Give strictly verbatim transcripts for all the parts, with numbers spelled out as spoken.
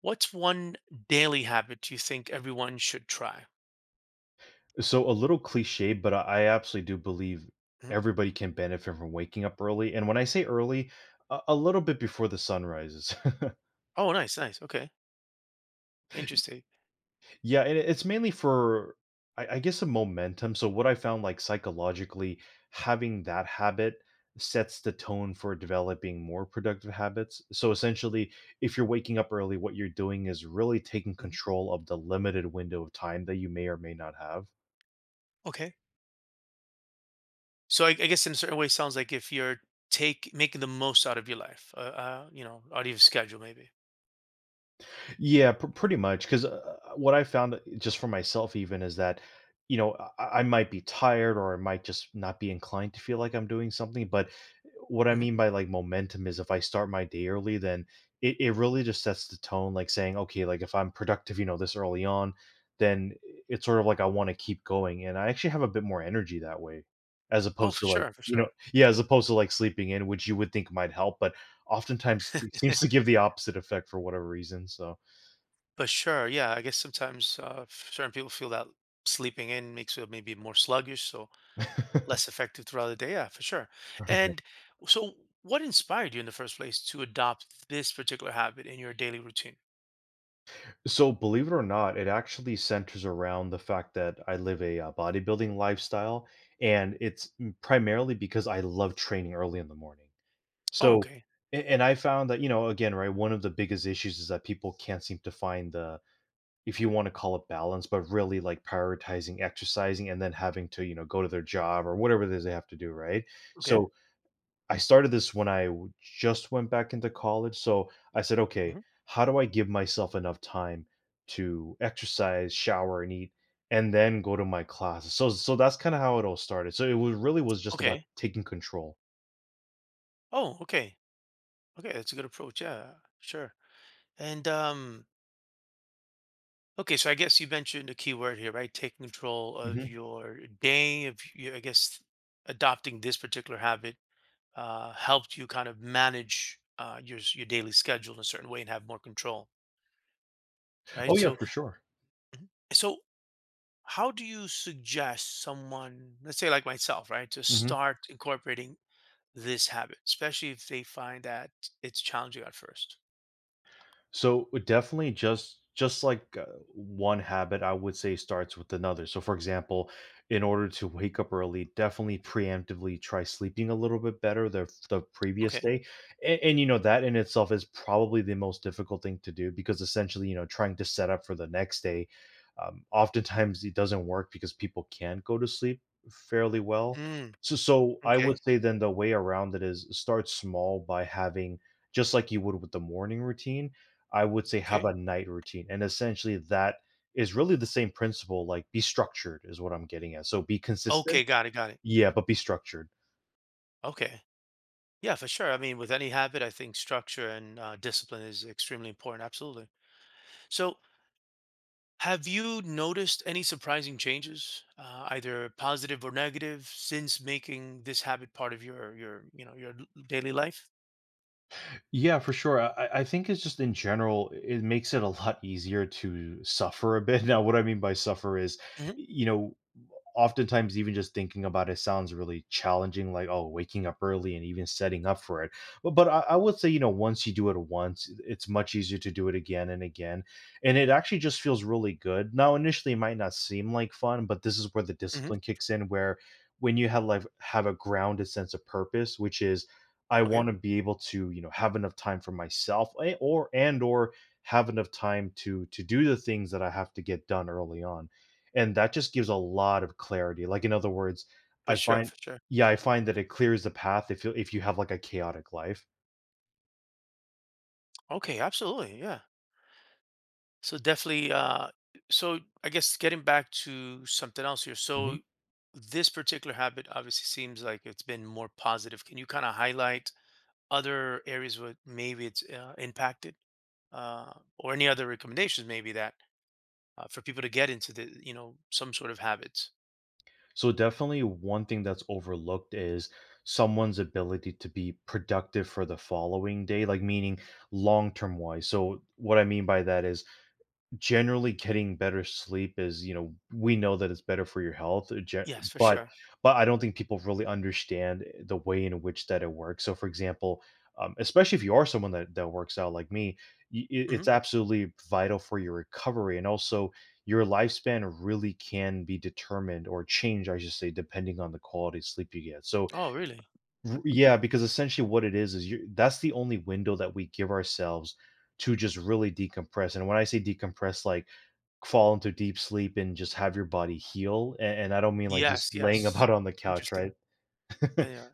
What's one daily habit you think everyone should try? So a little cliche, but I I absolutely do believe Mhm. everybody can benefit from waking up early. And when I say early, a, a little bit before the sun rises. Oh, nice, nice. Okay, interesting. Yeah, and it's mainly for I, I guess a momentum. So what I found like psychologically, having that habit sets the tone for developing more productive habits. So essentially, if you're waking up early, what you're doing is really taking Mhm. control of the limited window of time that you may or may not have. Okay, so I, I guess in a certain way, sounds like if you're take making the most out of your life, uh, uh you know, out of your schedule, maybe. Yeah, pr- pretty much. Because uh, uh, what I found, uh, just for myself, even, is that you know I-, I might be tired or I might just not be inclined to feel like I'm doing something. But uh, what I hmm mean by like momentum is if I start my day early, then it, it really just sets the tone. Like saying, okay, like if I'm productive, you know, this early on, then it's sort of like I want to keep going, and I actually have a bit more energy that way, as Oh, opposed for to like sure, for you know, sure. yeah, as opposed to like sleeping in, which you would think might help, but oftentimes it seems to give the opposite effect for whatever reason. So. But sure, yeah, I guess sometimes uh, certain people feel that sleeping in makes them maybe more sluggish, so less effective throughout the day. Yeah, for sure. Alright. And so, what inspired you in the first place to adopt this particular habit in your daily routine? So, believe it or not, it actually centers around the fact that I live a, uh, bodybuilding lifestyle, and it's m primarily because I love training early in the morning. Oh, So okay. and and I found that, you know, again, right, one of the biggest issues is that people can't seem to find the if you wanna call it balance, but really, like, prioritizing exercising and then having to, you know, go to their job or whatever it is they have to do, right? Okay. So I started this when I w- just went back into college. So I said, okay, hmm how do I give myself enough time to exercise, shower, and eat, and then go to my classes? So, so that's kind of how it all started. So it was really was just about Okay. taking control. Oh, okay. Okay, that's a good approach. Yeah, sure. And um, okay, so I guess you mentioned a key word here, right? Taking control of Mhm. your day. Of you, I guess adopting this particular habit uh, helped you kind of manage uh, your s- your daily schedule in a certain way and have more control, Oh right? yeah, So, for sure. mhm. So how do you suggest someone, let's say like myself, right, to Mhm. start incorporating this habit, especially if they find that it's challenging at first? So it definitely just just like uh, one habit, I would say starts with another. So for example, in order to wake up early, definitely preemptively try sleeping a little bit better the the previous Okay. day. And, and you know that in itself is probably the most difficult thing to do because essentially, you know, trying to set up for the next day, um, oftentimes it doesn't work because people can't go to sleep fairly well. Mm, So so I okay, would say then the way around it is start small by having just like you would with the morning routine. I would say have okay. a night routine, and essentially that is really the same principle, like be structured is what I'm getting at. So be consistent, Okay, got it, got it. yeah, but be structured. Okay. Yeah, for sure. I mean, with any habit, I think structure and uh, discipline is extremely important. Absolutely. So, have you noticed any surprising changes, uh, either positive or negative, since making this habit part of your your you know your l- daily life? Yeah, for sure. I, I I think it's just in general, it makes it a lot easier to suffer a bit. Now, what I mean by suffer is, Hmm you know, oftentimes even just thinking about it sounds really challenging like oh waking up early and even setting up for it but, but I, I would say you know once you do it once it's much easier to do it again and again, and it actually just feels really good. Now initially it might not seem like fun but this is where the hmm discipline kicks in where when you have like have a grounded sense of purpose which is I Okay, want to be able to you know have enough time for myself eh, or and or have enough time to to do the things that I have to get done early on, and that just gives a lot of clarity. Like, in other words, for I sure, find for sure. yeah, I find that it clears the path if you if you have, like, a chaotic life. Okay, absolutely. Yeah. So definitely, uh, so I guess getting back to something else here. Mhm. So this particular habit obviously seems like it's been more positive. Can you kind of highlight other areas where maybe it's uh, impacted, uh, or any other recommendations maybe that uh, for people to get into the, you know, some sort of habits? So, definitely one thing that's overlooked is someone's ability to be productive for the following day, like, meaning long-term wise. So, what I mean by that is generally, getting better sleep is, you know we know that it's better for your health, uh, ge Yes, for but sure. but I don't think people really understand eh, the way in which that it works. So, for example, um, especially if you are someone that that works out like me, y i- hmm it's absolutely vital for your recovery, and also your lifespan really can be determined or changed, I should say, depending on the quality of sleep you get. So, Oh, really? R yeah, because essentially what it is is you that's the only window that we give ourselves to just really decompress, and when I say decompress, like, fall into deep sleep and just have your body heal, a and I don't mean, like, just Yes, laying yes. about on the couch, right? Interesting. Yeah, yeah.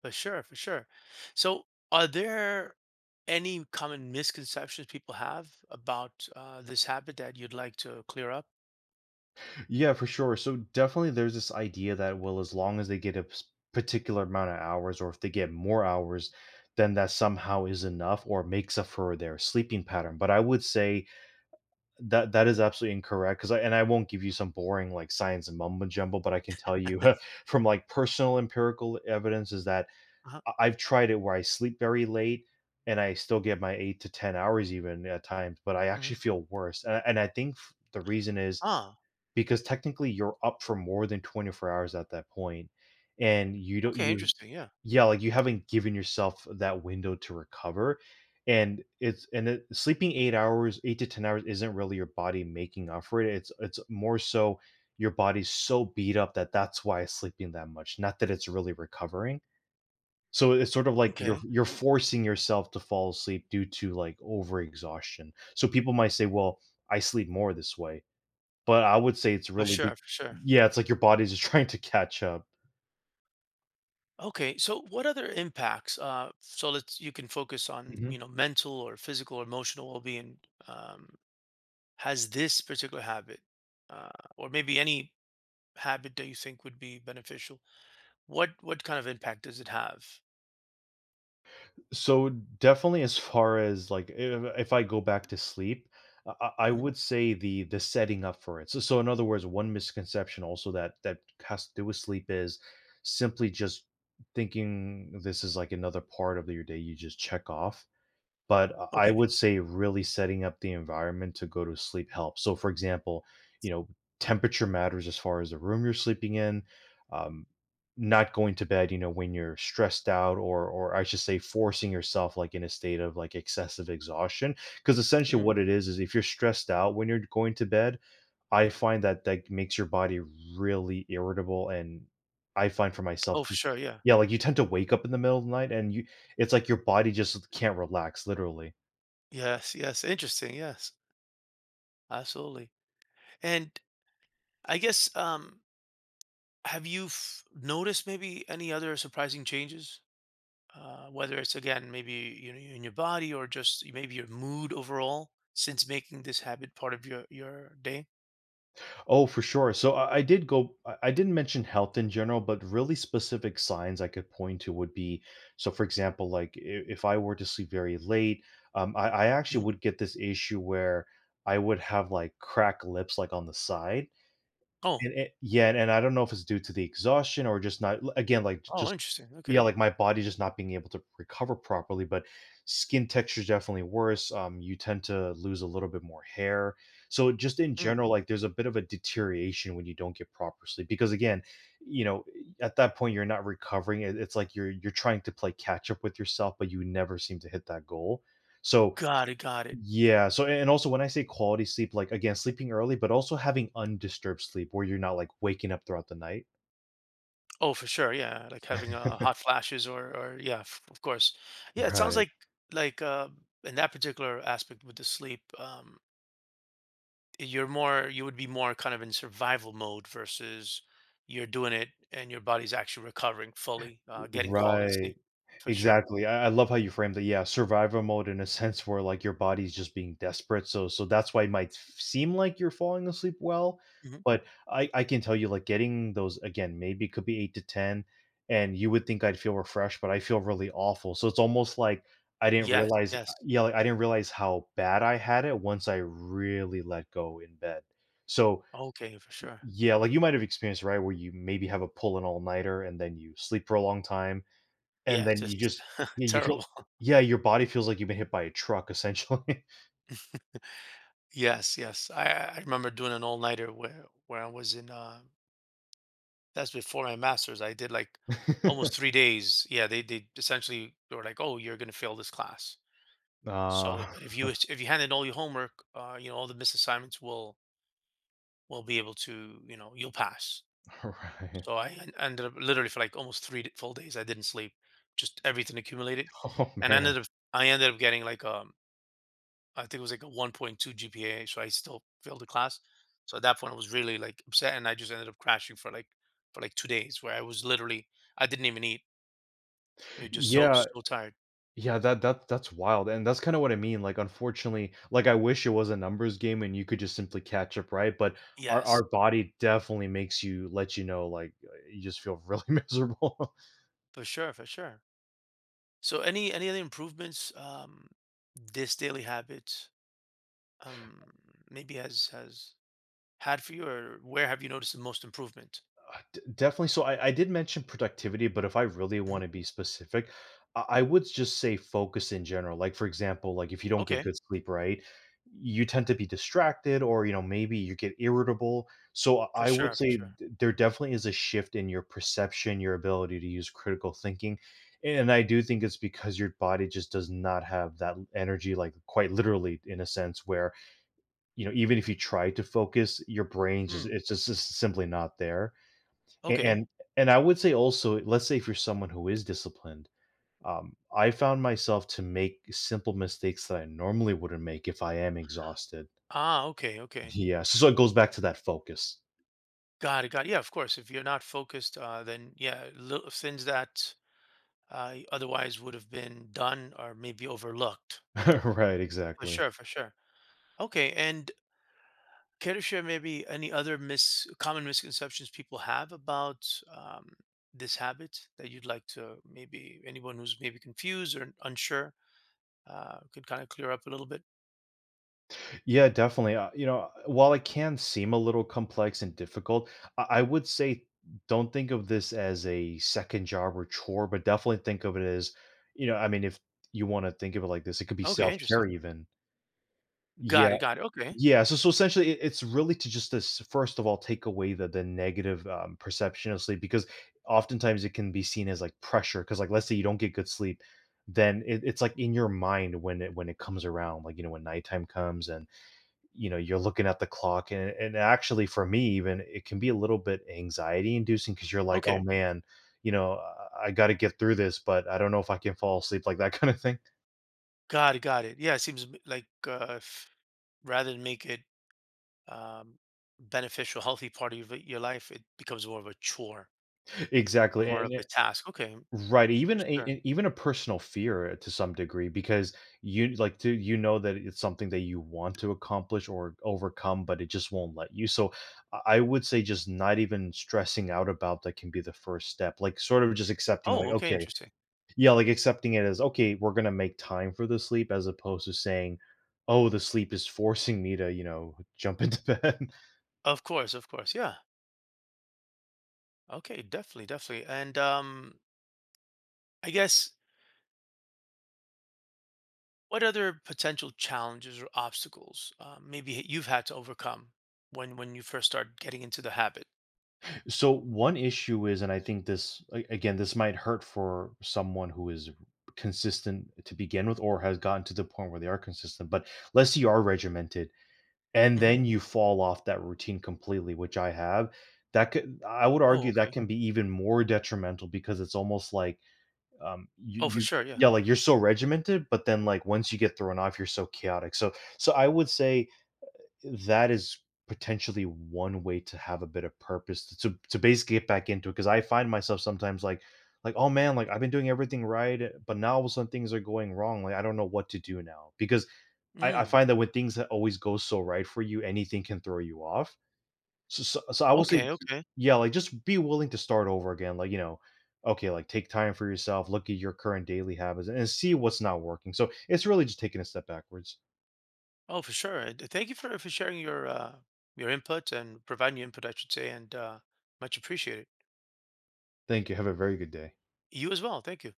For sure, for sure. So, are there any common misconceptions people have about uh, this habit that you'd like to clear up? Yeah, for sure. So, definitely there's this idea that, well, as long as they get a p particular amount of hours or if they get more hours, then that somehow is enough or makes up for their sleeping pattern, but I would say that that is absolutely incorrect, 'cause I and I won't give you some boring, like, science and mumbo jumbo, but I can tell you from, like, personal empirical evidence is that Uh-huh. I I've tried it where I sleep very late, and I still get my eight to ten hours even at times, but I hmm actually feel worse, and I and I think f the reason is Ah, because technically you're up for more than twenty-four hours at that point, and you don't okay, you interesting. Yeah. yeah, like, you haven't given yourself that window to recover, and it's and it sleeping eight hours, eight to ten hours isn't really your body making up for it, it's it's more so your body's so beat up that that's why it's sleeping that much, not that it's really recovering. So it's sort of like you're Okay. you're forcing yourself to fall asleep due to, like, overexhaustion. So people might say, "Well, I sleep more this way." But I would say it's For really big. sure, for sure. Yeah, it's like your body's just trying to catch up. Okay. So, what other impacts? Uh, so, let's you can focus on Mhm. you know mental or physical or emotional well-being. Um, has this particular habit, uh, or maybe any habit that you think would be beneficial? What what kind of impact does it have? So, definitely as far as, like, if if I go back to sleep, I I I Mhm. would say the the setting up for it. So so in other words, one misconception also that that has to do with sleep is simply just thinking this is, like, another part of your day you just check off. But uh, I Okay. would say really setting up the environment to go to sleep helps. So, for example, you know, temperature matters as far as the room you're sleeping in. Um, not going to bed, you know, when you're stressed out, or or I should say, forcing yourself like in a state of like excessive exhaustion. Because essentially, what it is is if you're stressed out when you're going to bed, I find that that makes your body really irritable, and I find for myself Oh, for just sure. Yeah. yeah, like, you tend to wake up in the middle of the night, and you it's like your body just can't relax, literally. Yes. Yes. Interesting. Yes. Absolutely. And I guess, um, have you f- noticed maybe any other surprising changes? Uh, whether it's again, maybe you know, in your body or just maybe your mood overall since making this habit part of your your day. Oh, for sure. So, I I did go I I didn't mention health in general, but really specific signs I could point to would be so, for example, like, I if I were to sleep very late, um, I I actually Hmm would get this issue where I would have, like, cracked lips, like, on the side. Oh. And it yeah, and I don't know if it's due to the exhaustion or just not again, like, j Oh, just interesting. yeah, Okay. like, my body just not being able to recover properly, but skin texture is definitely worse, um, you tend to lose a little bit more hair. So, just in Mm. general, like, there's a bit of a deterioration when you don't get proper sleep because, again, you know, at that point, you're not recovering, it it's like you're you're trying to play catch up with yourself, but you never seem to hit that goal. So Got it. Got it. yeah, so and also when I say quality sleep, like, again, sleeping early, but also having undisturbed sleep where you're not, like, waking up throughout the night. Oh, for sure. Yeah. Like having uh, hot flashes or or yeah, f- of course. Yeah. It sounds Right. like like uh, in that particular aspect with the sleep. Um, you're more you would be more kind of in survival mode versus you're doing it and your body's actually recovering fully, uh, getting quality Right. sleep for sure. Exactly. I, I love how you framed it. Yeah, survival mode in a sense where like your body's just being desperate. So so that's why it might f- seem like you're falling asleep well, hmm but I I can tell you like getting those again, maybe it could be eight to ten and you would think I'd feel refreshed, but I feel really awful. So it's almost like I didn't Yes, realize yes. yeah, like I didn't realize how bad I had it once I really let go in bed. So Okay, for sure. yeah, like you might have experienced, right, where you maybe have a pull an all-nighter and then you sleep for a long time Yeah, and it's then you just just yeah, you feel terrible. yeah, your body feels like you've been hit by a truck essentially. Yes, yes. I I I remember doing an all nighter where where I was in. Uh, that's before my master's. I did like almost three days. Yeah, they they essentially they were like, oh, you're gonna fail this class. So, Ah, but if you if you hand in all your homework, uh, you know all the missed assignments will will be able to, you know, you'll pass. right. So I en- ended up literally for like almost three d- full days. I didn't sleep, just everything accumulated, Oh, and man. ended up I ended up getting like um I think it was like a one point two G P A. So I still failed the class. So at that point, I was really like upset, and I just ended up crashing for like for like two days, where I was literally I didn't even eat. You're just so Yeah, so tired. yeah, that that that's wild, and that's kinda what I mean, like, unfortunately, like, I wish it was a numbers game and you could just simply catch up, right? But our Yes, our body definitely makes you let you know, like, uh, you just feel really miserable. for sure, for sure. So any any other improvements um this daily habit um maybe has has had for you, or where have you noticed the most improvement? Uh, D definitely, so I I did mention productivity, but if I really Mhm. wanna be specific, I I would just say focus in general, like, for example, like, if you don't get Okay. good sleep, right, you tend to be distracted or, you know, maybe you get irritable, so For I I would sure, for say sure. th there definitely is a shift in your perception, your ability to use critical thinking, and I do think it's because your body just does not have that energy, like, quite literally in a sense where, you know, even if you try to focus, your brain just Mm, it's just it's simply not there. A- okay. and and I would say also, let's say if you're someone who is disciplined, um, I found myself to make simple mistakes that I normally wouldn't make if I am exhausted. Ah, okay, okay. Yeah, so so it goes back to that focus. Got it, got it. Yeah, of course. If you're not focused, uh, then yeah, little things that uh, otherwise would have been done or maybe overlooked. Right, For exactly. sure, for sure. Okay, and care to share maybe any other mis common misconceptions people have about um, this habit that you'd like to maybe anyone who's maybe confused or unsure uh, could kind of clear up a little bit? Yeah, definitely. Uh, you know, while it can seem a little complex and difficult, I, I would say don't think of this as a second job or chore, but definitely think of it as, you know, I mean, if you want to think of it like this, it could be Okay, self care interesting. even. Yeah. Got it, got it. Okay. Yeah, so so essentially, it it's really to just this first of all, take away the the negative, um, perception of sleep because oftentimes it can be seen as, like, pressure because, like, let's say you don't get good sleep, then it it's, like, in your mind when it when it comes around, like, you know, when nighttime comes and, you know, you're looking at the clock and and actually for me even, it can be a little bit anxiety inducing because 'cause you're like, "Oh, Okay. man, you know, I gotta get through this, but I don't know if I can fall asleep," like that kinda thing. Got it, got it. Yeah, it seems m- like uh, if, rather than make it um, beneficial, healthy part of your your life, it becomes more of a chore, Exactly, more of and a task. Okay, right, for even a sure. e even a personal fear to some degree because you like to you know that it's something that you want to accomplish or overcome, but it just won't let you. So I I would say just not even stressing out about that can be the first step. Like sort of just accepting, like, Oh, okay, okay, interesting. yeah, like accepting it as okay, we're gonna make time for the sleep as opposed to saying, oh, the sleep is forcing me to, you know, jump into bed. Of course, of course. Yeah. Okay, definitely, definitely. And um, I guess what other potential challenges or obstacles uh, maybe you've had to overcome when when you first start getting into the habit? So one issue is, and I think this a- again, this might hurt for someone who is consistent to begin with, or has gotten to the point where they are consistent. But let's say you are regimented, and Hmm then you fall off that routine completely, which I have. That could, I would Oh, argue, that okay. can be even more detrimental because it's almost like, um, you, Oh, for you, sure. Yeah. yeah, like you're so regimented, but then like once you get thrown off, you're so chaotic. So, so I would say that is potentially one way to have a bit of purpose to to basically get back into it, because I find myself sometimes like like oh man, like I've been doing everything right, eh, but now all of a sudden things are going wrong, like I don't know what to do now because I, I Mm. find that when things that always go so right for you, anything can throw you off, so, so so I would say Okay. Okay. yeah, like just be willing to start over again, like, you know, okay, like take time for yourself, look at your current daily habits and see what's not working, so it's really just taking a step backwards. Oh, for sure. And uh, thank you for for sharing your uh, your input and providing your input, I should say, and uh, much appreciated. Thank you, have a very good day. You as well. Thank you.